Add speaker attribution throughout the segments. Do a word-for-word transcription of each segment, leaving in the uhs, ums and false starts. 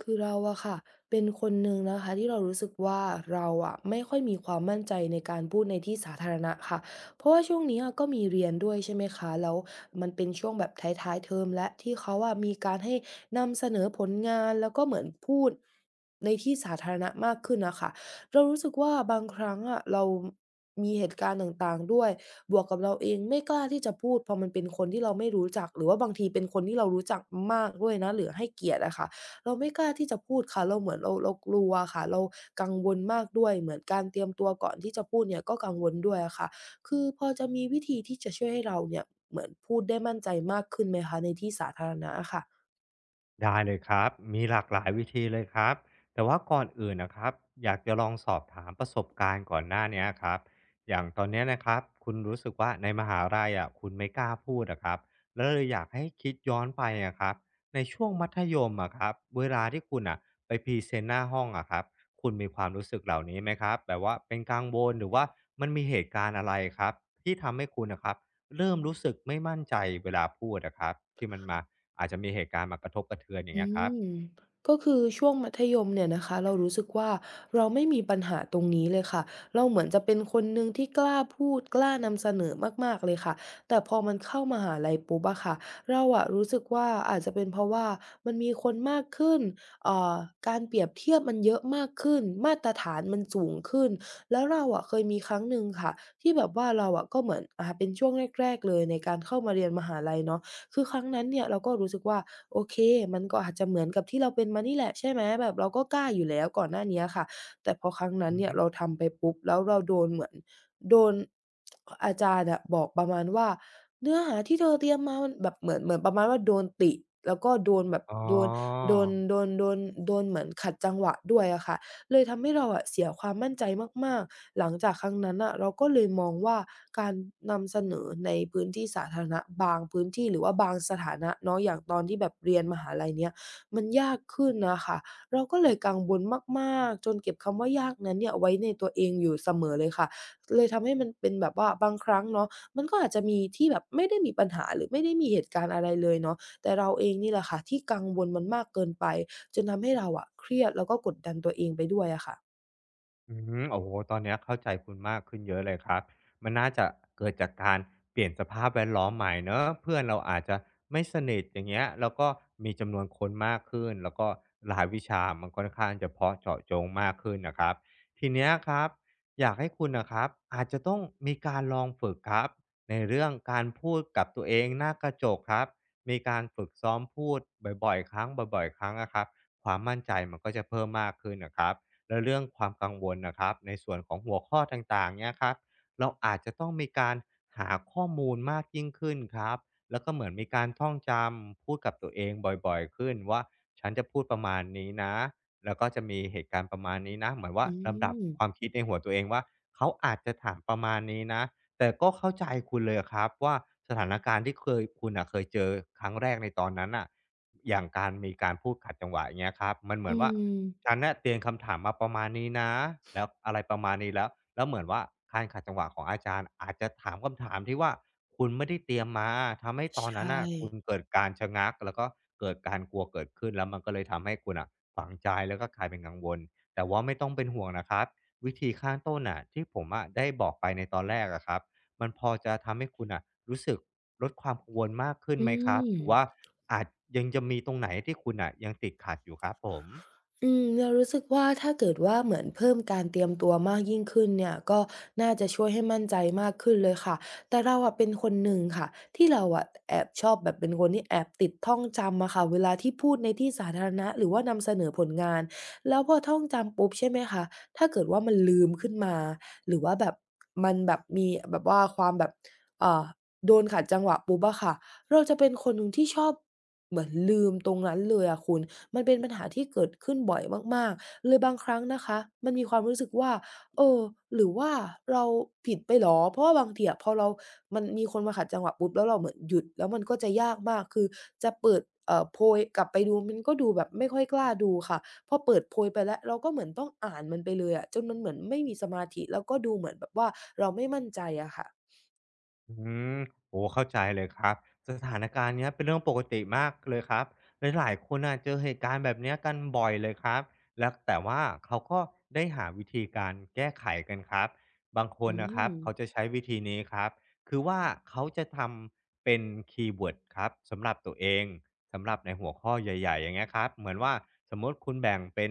Speaker 1: คือเราอะค่ะเป็นคนหนึ่งนะคะที่เรารู้สึกว่าเราอะไม่ค่อยมีความมั่นใจในการพูดในที่สาธารณะค่ะเพราะว่าช่วงนี้อะก็มีเรียนด้วยใช่ไหมคะแล้วมันเป็นช่วงแบบท้ายๆเทอมและที่เขาอะมีการให้นำเสนอผลงานแล้วก็เหมือนพูดในที่สาธารณะมากขึ้นน่ะค่ะเรารู้สึกว่าบางครั้งอะเรามีเหตุการณ์ต่างๆด้วยบวกกับเราเองไม่กล้าที่จะพูดพอมันเป็นคนที่เราไม่รู้จักหรือว่าบางทีเป็นคนที่เรารู้จักมากด้วยนะหรือให้เกียรติอะค่ะ เราไม่กล้าที่จะพูดค่ะเราเหมือนเราเรากลัวค่ะเรากังวลมากด้วยเหมือนการเตรียมตัวก่อนที่จะพูดเนี่ยก็กังวลด้วยอะค่ะคือพอจะมีวิธีที่จะช่วยให้เราเนี่ยเหมือนพูดได้มั่นใจมากขึ้นไหมคะในที่สาธารณะอะค่ะ
Speaker 2: ได้เลยครับมีหลากหลายวิธีเลยครับแต่ว่าก่อนอื่นนะครับอยากจะลองสอบถามประสบการณ์ก่อนหน้าเนี้ยครับอย่างตอนเนี้ยนะครับคุณรู้สึกว่าในมหาลัยอ่ะคุณไม่กล้าพูดอะครับแล้วเลยอยากให้คิดย้อนไปอะครับในช่วงมัธยมอะครับเวลาที่คุณอ่ะไปพรีเซนต์หน้าห้องอะครับคุณมีความรู้สึกเหล่านี้ไหมครับแบบว่าเป็นกังวลหรือว่ามันมีเหตุการณ์อะไรครับที่ทำให้คุณนะครับเริ่มรู้สึกไม่มั่นใจเวลาพูดนะครับที่มันมา อาจจะมีเหตุการณ์มากระทบกระเทือนอย่าง
Speaker 1: อื
Speaker 2: เงี้ยครับ
Speaker 1: มก็คือช่วงมัธยมเนี่ยนะคะเรารู้สึกว่าเราไม่มีปัญหาตรงนี้เลยค่ะเราเหมือนจะเป็นคนหนึ่งที่กล้าพูดกล้านำเสนอมากๆเลยค่ะแต่พอมันเข้ามหาลัยปุ๊บอะค่ะเราอะรู้สึกว่าอาจจะเป็นเพราะว่ามันมีคนมากขึ้นเอ่อการเปรียบเทียบมันเยอะมากขึ้นมาตรฐานมันสูงขึ้นแล้วเราอะเคยมีครั้งหนึ่งค่ะที่แบบว่าเราอะก็เหมือนอ่าเป็นช่วงแรกๆเลยในการเข้ามาเรียนมหาลัยเนาะคือครั้งนั้นเนี่ยเราก็รู้สึกว่า โอเคมันก็อาจจะเหมือนกับที่เราเป็นมานี่แหละใช่ไหมแบบเราก็กล้าอยู่แล้วก่อนหน้าเนี้ยค่ะแต่พอครั้งนั้
Speaker 2: อื
Speaker 1: น
Speaker 2: อ
Speaker 1: เนี่
Speaker 2: ฮึ
Speaker 1: ยเราทำไปปุ๊บแล้วเราโดนเหมือนโดนอาจารย์อะบอกประมาณว่าเนื้อหาที่เธอเตรียมมามันแบบเหมือนเหมือนประมาณว่าโดนติแล้วก็โดนแบบ
Speaker 2: อ๋อ
Speaker 1: โดนโดนโดนโดนโดนเหมือนขัดจังหวะด้วยอะค่ะ เลยทำให้เราอะเสียความมั่นใจมากๆหลังจากครั้งนั้นน่ะเราก็เลยมองว่าการนำเสนอในพื้นที่สาธารณะบางพื้นที่หรือว่าบางสถานะเนาะอย่างตอนที่แบบเรียนมหาลัยเนี้ยมันยากขึ้นน่ะค่ะเราก็เลยกังวลมากๆจนเก็บคำว่ายากนั้นเนี่ยไว้ในตัวเองอยู่เสมอเลยค่ะเลยทำให้มันเป็นแบบว่าบางครั้งเนาะมันก็อาจจะมีที่แบบไม่ได้มีปัญหาหรือไม่ได้มีเหตุการณ์อะไรเลยเนาะแต่เราเองนี่แหละค่ะที่กังวลมันมากเกินไป จนทำให้เราอะเครียดแล้วก็กดดันตัวเองไปด้วยอะค่ะ
Speaker 2: อืมโอ้โหตอนเนี้ยเข้าใจคุณมากขึ้นเยอะเลยครับ มันน่าจะเกิดจากการเปลี่ยนสภาพแวดล้อมใหม่เนอะเพื่อนเราอาจจะไม่สนิทอย่างเงี้ย แล้วก็มีจำนวนคนมากขึ้น แล้วก็รายวิชามันค่อนข้างจะเพาะเจาะจงมากขึ้นนะครับทีเนี้ยครับอยากให้คุณนะครับอาจจะต้องมีการลองฝึกครับ ในเรื่องการพูดกับตัวเองหน้ากระจกครับมีการฝึกซ้อมพูดบ่อยๆครั้งบ่อยๆครั้งนะครับความมั่นใจมันก็จะเพิ่มมากขึ้นนะครับ และเรื่องความกังวลนะครับในส่วนของหัวข้อต่างๆเนี่ยครับเราอาจจะต้องมีการหาข้อมูลมากยิ่งขึ้นครับแล้วก็เหมือนมีการท่องจำพูดกับตัวเองบ่อยๆขึ้นว่าฉันจะพูดประมาณนี้นะแล้วก็จะมีเหตุการณ์ประมาณนี้นะเหมือนว่า
Speaker 1: อื
Speaker 2: ลำดับ
Speaker 1: ม
Speaker 2: ความคิดในหัวตัวเองว่าเขาอาจจะถามประมาณนี้นะแต่ก็เข้าใจคุณเลยครับว่าสถานการณ์ที่เคยคุณอ่ะเคยเจอครั้งแรกในตอนนั้นอ่ะอย่างการมีการพูดขัดจังหวะอย่างเงี้ยครับมันเหมื
Speaker 1: อื
Speaker 2: อนว่า ฉัน
Speaker 1: ม
Speaker 2: เน่ยเตรียมคำถามมาประมาณนี้นะแล้วอะไรประมาณนี้แล้วแล้วเหมือนว่าการขัดจังหวะของอาจารย์อาจจะถามคำถามที่ว่าคุณไม่ได้เตรียมมาทำให้ตอนนั้น
Speaker 1: ใช่
Speaker 2: น่ะคุณเกิดการชะงักแล้วก็เกิดการกลัวเกิดขึ้นแล้วมันก็เลยทำให้คุณน่ะฝังใจแล้วก็กลายเป็นกังวลแต่ว่าไม่ต้องเป็นห่วงนะครับวิธีข้างต้นน่ะที่ผมอะได้บอกไปในตอนแรกอะครับมันพอจะทำให้คุณน่ะรู้สึกลดความกังวลมากขึ้น
Speaker 1: อื
Speaker 2: ไหมครับ
Speaker 1: ม
Speaker 2: หรือว่าอาจยังจะมีตรงไหนที่คุณน่ะยังติดขัดอยู่ครับผม
Speaker 1: อืมเรารู้สึกว่าถ้าเกิดว่าเหมือนเพิ่มการเตรียมตัวมากยิ่งขึ้นเนี่ยก็น่าจะช่วยให้มั่นใจมากขึ้นเลยค่ะแต่เราอะเป็นคนหนึ่งค่ะที่เราอะแอบชอบแบบเป็นคนที่แอบติดท่องจำอะค่ะเวลาที่พูดในที่สาธารณะหรือว่านำเสนอผลงานแล้วพอท่องจำปุ๊บใช่ไหมคะถ้าเกิดว่ามันลืมขึ้นมาหรือว่าแบบมันแบบมีแบบว่าความแบบเอ่อโดนขัดจังหวะปุ๊บอะค่ะ เราจะเป็นคนหนึ่งที่ชอบเหมือนลืมตรงนั้นเลยอะคุณมันเป็นปัญหาที่เกิดขึ้นบ่อยมากๆเลยบางครั้งนะคะมันมีความรู้สึกว่าเออหรือว่าเราผิดไปเหรอเพราะว่าบางทีอะพอเรามันมีคนมาขัดจังหวะปุ๊บแล้วเราเหมือนหยุดแล้วมันก็จะยากมากคือจะเปิดเอ่อโพยกลับไปดูมันก็ดูแบบไม่ค่อยกล้าดูค่ะพอเปิดโพยไปแล้วเราก็เหมือนต้องอ่านมันไปเลยอะจนมันเหมือนไม่มีสมาธิแล้วก็ดูเหมือนแบบว่าเราไม่มั่นใจอะค่ะ
Speaker 2: อืมโอ้เข้าใจเลยครับสถานการณ์เนี้ยเป็นเรื่องปกติมากเลยครับหลายๆคนอ่ะเจอเหตุการณ์แบบเนี้ยกันบ่อยเลยครับแล้วแต่ว่าเขาก็ได้หาวิธีการแก้ไขกันครับบางคน
Speaker 1: อื
Speaker 2: นะครับ
Speaker 1: ม
Speaker 2: เขาจะใช้วิธีนี้ครับคือว่าเขาจะทำเป็นคีย์เวิร์ดครับสำหรับตัวเอง สำหรับในหัวข้อใหญ่ๆอย่างเงี้ยครับเหมือนว่าสมมติคุณแบ่งเป็น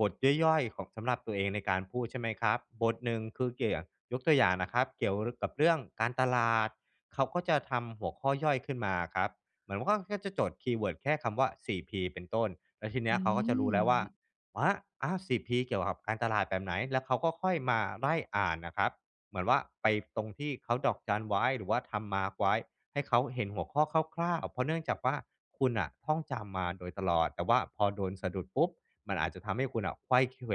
Speaker 2: บทย่อยๆของสำหรับตัวเองในการพูดใช่ไหมครับบทหนึ่งคือเกี่ยวยกตัวอย่างนะครับเกี่ยวกับเรื่องการตลาดเขาก็จะทำหัวข้อย่อยขึ้นมาครับเหมือนว่าก็จะจดคีย์เวิร์ดแค่คำว่าโฟร์พีเป็นต้นแล้วทีเนี้ย
Speaker 1: อื
Speaker 2: เขาก็จะรู้แล้วว่า
Speaker 1: ม
Speaker 2: ว่าอ้าวโฟร์พีเกี่ยวกับการตลาดแบบไหนแล้วเขาก็ค่อยมาไล่อ่านนะครับเหมือนว่าไปตรงที่เขาดอกจันไว้หรือว่าทำมาร์กไว้ ให้เขาเห็นหัวข้อคร่าวๆเพราะเนื่องจากว่าคุณอะท่องจำมาโดยตลอด แต่ว่าพอโดนสะดุดปุ๊บ มันอาจจะทำให้คุณอะไขว้เขว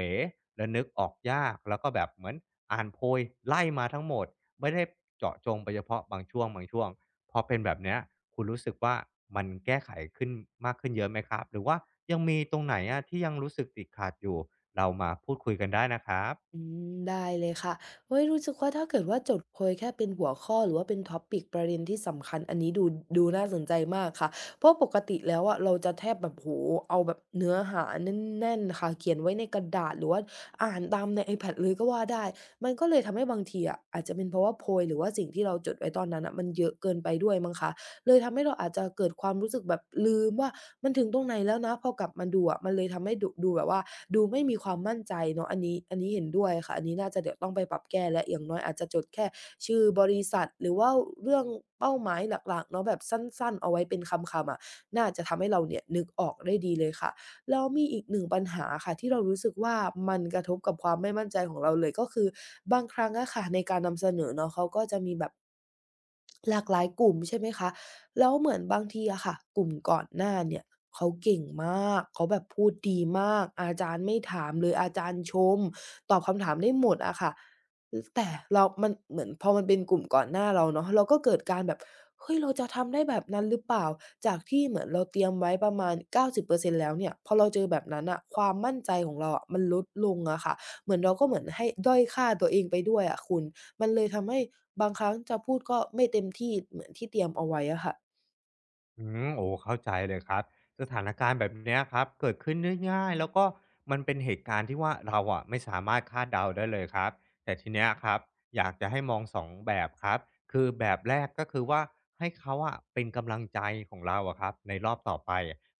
Speaker 2: และนึกออกยาก แล้วก็แบบเหมือนอ่านโพยไล่มาทั้งหมด ไม่ได้เจาะจงไปเฉพาะบางช่วงบางช่วงพอเป็นแบบเนี้ยคุณรู้สึกว่ามันแก้ไขขึ้นมากขึ้นเยอะไหมครับ หรือว่ายังมีตรงไหนอะที่ยังรู้สึกติดขัดอยู่เรามาพูดคุยกันได้นะครับ
Speaker 1: อืมได้เลยค่ะเฮ้ยรู้สึกว่าถ้าเกิดว่าจดโพยแค่เป็นหัวข้อหรือว่าเป็น ทอปปิก ประเด็นที่สำคัญอันนี้ดูดูน่าสนใจมากค่ะ เพราะปกติแล้วอะเราจะแทบแบบโอ้โฮเอาแบบเนื้อหาแน่นๆค่ะเขียนไว้ในกระดาษหรือว่าอ่านตามใน ไอแพด เลยก็ว่าได้ มันก็เลยทำให้บางทีอะอาจจะเป็นเพราะว่าโพยหรือว่าสิ่งที่เราจดไว้ตอนนั้นน่ะมันเยอะเกินไปด้วยมั้งคะ เลยทำให้เราอาจจะเกิดความรู้สึกแบบลืมว่ามันถึงตรงไหนแล้วนะพอกลับมาดูอะมันเลยทำให้ดูดูแบบว่าดูไม่มีความมั่นใจเนาะอันนี้อันนี้เห็นด้วยค่ะอันนี้น่าจะเดี๋ยวต้องไปปรับแก้แล้วอย่างน้อยอาจจะจดแค่ชื่อบริษัทหรือว่าเรื่องเป้าหมายหลักๆเนาะแบบสั้นๆเอาไว้เป็นคำๆอะน่าจะทำให้เราเนี่ยนึกออกได้ดีเลยค่ะแล้วมีอีกหนึ่งปัญหาค่ะที่เรารู้สึกว่ามันกระทบกับความไม่มั่นใจของเราเลยก็คือบางครั้งอะค่ะในการนำเสนอเนาะเขาก็จะมีแบบ หลากหลายกลุ่มใช่ไหมคะแล้วเหมือนบางทีอะค่ะกลุ่มก่อนหน้าเนี่ยเขาเก่งมากเขาแบบพูดดีมากอาจารย์ไม่ถามเลยอาจารย์ชมตอบคำถามได้หมดอะค่ะอแต่เรามันเหมือนพอมันเป็นกลุ่มก่อนหน้าเราเนาะเราก็เกิดการแบบเฮ้ยเราจะทำได้แบบนั้นหรือเปล่าจากที่เหมือนเราเตรียมไว้ประมาณเก้าสิบเปอร์เซ็นต์แล้วเนี่ยพอเราเจอแบบนั้นน่ะความมั่นใจของเราอะมันลดลงอะค่ะเหมือนเราก็เหมือนให้ด้อยค่าตัวเองไปด้วยอะคุณ มันเลยทำให้บางครั้งจะพูดก็ไม่เต็มที่เหมือนที่เตรียมเอาไว้อะค่ะ
Speaker 2: อืมโอ้เข้าใจเลยครับสถานการณ์แบบเนี้ยครับเกิดขึ้นได้ง่ายแล้วก็มันเป็นเหตุการณ์ที่ว่าเราอะไม่สามารถคาดเดาได้เลยครับแต่ทีเนี้ยครับอยากจะให้มองสองแบบครับคือแบบแรกก็คือว่าให้เขาอะเป็นกำลังใจของเราอะครับในรอบต่อไป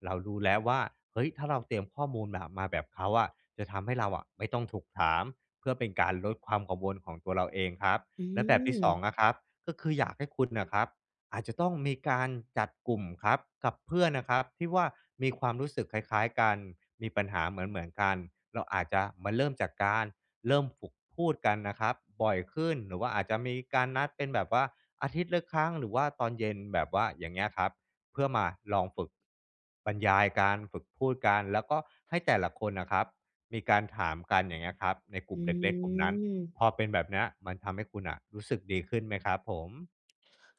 Speaker 2: เรารู้แล้วว่าเฮ้ยถ้าเราเตรียมข้อมูลแบบมาแบบเขาอะจะทำให้เราอะไม่ต้องถูกถามเพื่อเป็นการลดความกังวลของตัวเราเองครับ
Speaker 1: อื
Speaker 2: และแบบ
Speaker 1: ม
Speaker 2: ที่สองนะครับก็คืออยากให้คุณนะครับ อาจจะต้องมีการจัดกลุ่มครับกับเพื่อนนะครับที่ว่ามีความรู้สึกคล้ายๆกันมีปัญหาเหมือนๆกันเราอาจจะมาเริ่มจากการเริ่มฝึกพูดกันนะครับบ่อยขึ้นหรือว่าอาจจะมีการนัดเป็นแบบว่าอาทิตย์ละครั้งหรือว่าตอนเย็นแบบว่าอย่างเงี้ยครับเพื่อมาลองฝึกบรรยายกานฝึกพูดกันแล้วก็ให้แต่ละคนนะครับมีการถามกันอย่างเงี้ยครับในกลุ่ม
Speaker 1: อื
Speaker 2: เล็กๆกลุ่มนั้นพ
Speaker 1: ม
Speaker 2: อเป็นแบบเนี้ยมันทำให้คุณอะรู้สึกดีขึ้นไหมครับผม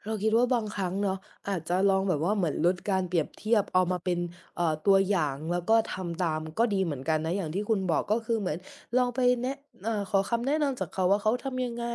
Speaker 1: เราคิดว่าบางครั้งเนาะอาจจะลองแบบว่าเหมือนลดการเปรียบเทียบเอามาเป็นเอ่อตัวอย่างแล้วก็ทำตามก็ดีเหมือนกันนะอย่างที่คุณบอกก็คือเหมือนลองไปแนะเอ่อขอคำแนะนำจากเขาว่าเขาทำยังไง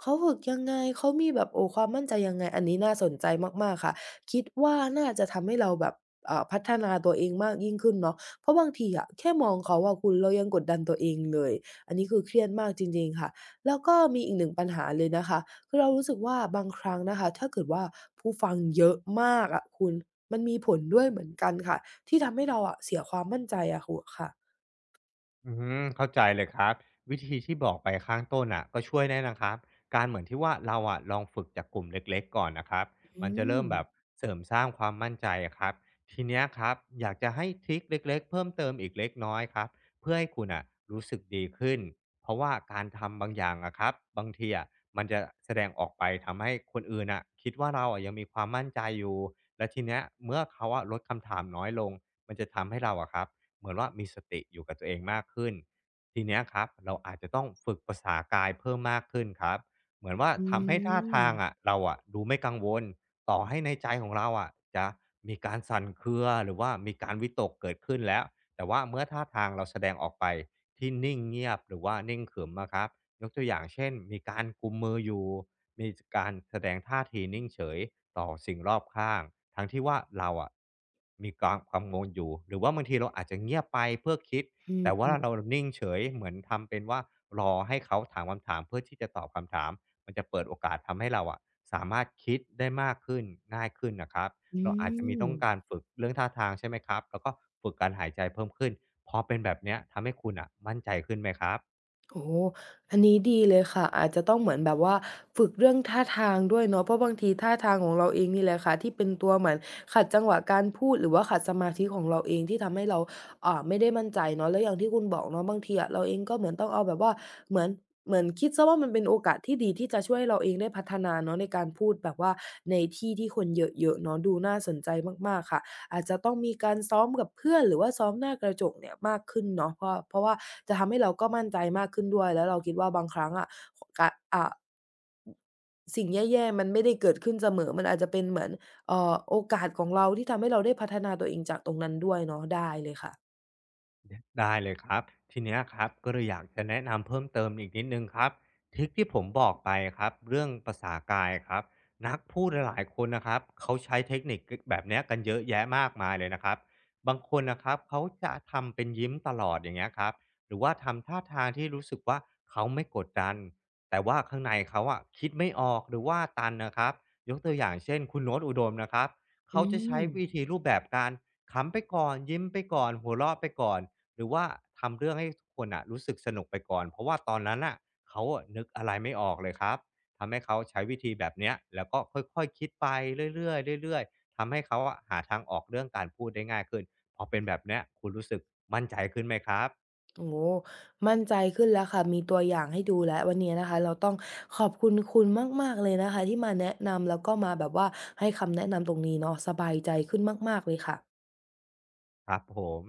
Speaker 1: เขาฝึกยังไงเขามีแบบโอ้ความมั่นใจยังไงอันนี้น่าสนใจมากๆค่ะคิดว่าน่าจะทำให้เราแบบเอ่อพัฒนาตัวเองมากยิ่งขึ้นเนาะเพราะบางทีอะแค่มองเขาอะคุณเรายังกดดันตัวเองเลยอันนี้คือเครียดมากจริงๆค่ะแล้วก็มีอีกหนึ่งปัญหาเลยนะคะ คือเรารู้สึกว่าบางครั้งนะคะถ้าเกิดว่าผู้ฟังเยอะมากอะคุณมันมีผลด้วยเหมือนกันค่ะที่ทำให้เราอะเสียความมั่นใจอะคุณค่ะ
Speaker 2: อืมเข้าใจเลยครับวิธีที่บอกไปข้างต้นอ่ะก็ช่วยได้นะครับการเหมือนที่ว่าเราอ่ะลองฝึกจากกลุ่มเล็กๆก่อนนะครับมั
Speaker 1: อื
Speaker 2: นจะเริ่
Speaker 1: ม
Speaker 2: มแบบเสริมสร้างความมั่นใจอะครับทีเนี้ยครับอยากจะให้ทริคเล็กๆเพิ่มเติมอีกเล็กน้อยครับเพื่อให้คุณอ่ะรู้สึกดีขึ้นเพราะว่าการทำบางอย่างอะครับบางทีอะมันจะแสดงออกไปทำให้คนอื่นอะคิดว่าเราอะยังมีความมั่นใจอยู่และทีเนี้ยเมื่อเขาอะลดคำถามน้อยลงมันจะทำให้เราอะครับ เหมือนว่ามีสติอยู่กับตัวเองมากขึ้นทีเนี้ยครับเราอาจจะต้องฝึกภาษากายเพิ่มมากขึ้นครับเหมือนว่า
Speaker 1: อื
Speaker 2: ทำให้ท่าทางอะ
Speaker 1: ม
Speaker 2: เราอะดูไม่กังวลต่อให้ในใจของเราอะจะมีการสั่นเครือหรือว่ามีการวิตกเกิดขึ้นแล้วแต่ว่าเมื่อท่าทางเราแสดงออกไปที่นิ่งเงียบหรือว่านิ่งขรึมนะครับยกตัวอย่างเช่นมีการกุมมืออยู่ มีการแสดงท่าทีนิ่งเฉยต่อสิ่งรอบข้างทั้งที่ว่าเราอะมีความกังวลอยู่หรือว่าบางทีเราอาจจะเงียบไปเพื่อคิด
Speaker 1: อื
Speaker 2: แต่ว่า
Speaker 1: ม
Speaker 2: เรานิ่งเฉยเหมือนทำเป็นว่ารอให้เขาถามคำถามเพื่อที่จะตอบคำถามมันจะเปิดโอกาสทำให้เราอะสามารถคิดได้มากขึ้นง่ายขึ้นนะครับ
Speaker 1: อื
Speaker 2: เราอาจจะมีต้องการ
Speaker 1: ม
Speaker 2: ฝึกเรื่องท่าทางใช่ไหมครับแล้วก็ฝึกการหายใจเพิ่มขึ้นพอเป็นแบบเนี้ยทำให้คุณอะมั่นใจขึ้นไหมครับ
Speaker 1: โอ้โฮอันนี้ดีเลยค่ะอาจจะต้องเหมือนแบบว่าฝึกเรื่องท่าทางด้วยเนาะเพราะบางทีท่าทางของเราเองนี่แหละค่ะที่เป็นตัวเหมือนขัดจังหวะการพูดหรือว่าขัดสมาธิของเราเองที่ทำให้เราอ่าไม่ได้มั่นใจเนาะแล้วอย่างที่คุณบอกเนาะบางทีอะเราเองก็เหมือนต้องเอาแบบว่าเหมือนเหมือนคิดเสียว่ามันเป็นโอกาสที่ดีที่จะช่วยให้เราเองได้พัฒนาเนาะในการพูดแบบว่าในที่ที่คนเยอะๆเนาะดูน่าสนใจมากๆค่ะ อาจจะต้องมีการซ้อมกับเพื่อนหรือว่าซ้อมหน้ากระจกเนี่ยมากขึ้นเนาะเพราะเพราะว่าจะทำให้เราก็มั่นใจมากขึ้นด้วยแล้วเราคิดว่าบางครั้งอะกะอ่าสิ่งแย่ๆมันไม่ได้เกิดขึ้นเสมอมันอาจจะเป็นเหมือนเอ่อโอกาสของเราที่ทำให้เราได้พัฒนาตัวเองจากตรงนั้นด้วยเนาะได้เลยค่ะ
Speaker 2: ได้เลยครับทีเนี้ยครับก็เลยอยากจะแนะนำเพิ่มเติมอีกนิดนึงครับทริคที่ผมบอกไปครับเรื่องภาษากายครับนักพูดหลายๆคนนะครับเขาใช้เทคนิคแบบเนี้ยกันเยอะแยะมากมายเลยนะครับบางคนนะครับเขาจะทำเป็นยิ้มตลอดอย่างเงี้ยครับหรือว่าทำท่าทางที่รู้สึกว่าเขาไม่กดดันแต่ว่าข้างในเขาอะคิดไม่ออกหรือว่าตันนะครับยกตัวอย่างเช่นคุณโน้ตอุดมนะครับ
Speaker 1: อื
Speaker 2: เขาจะใช้
Speaker 1: ม
Speaker 2: วิธีรูปแบบการขำไปก่อนยิ้มไปก่อนหัวเราะไปก่อน หรือว่าทำเรื่องให้ทุกคนอ่ะรู้สึกสนุกไปก่อนเพราะว่าตอนนั้นอ่ะเขาอะนึกอะไรไม่ออกเลยครับทำให้เขาใช้วิธีแบบเนี้ยแล้วก็ค่อยๆคคิดไปเรื่อยๆเรื่อยๆทำให้เขาอะหาทางออกเรื่องการพูดได้ง่ายขึ้นพอเป็นแบบเนี้ยคุณรู้สึกมั่นใจขึ้นไหมครับ
Speaker 1: โอ้โฮมั่นใจขึ้นแล้วค่ะมีตัวอย่างให้ดูแล้ววันนี้นะคะเราต้องขอบคุณคุณมากๆเลยนะคะที่มาแนะนำแล้วก็มาแบบว่าให้คำแนะนำตรงนี้เนาะสบายใจขึ้นมากๆเลยค่ะ
Speaker 2: ครับผม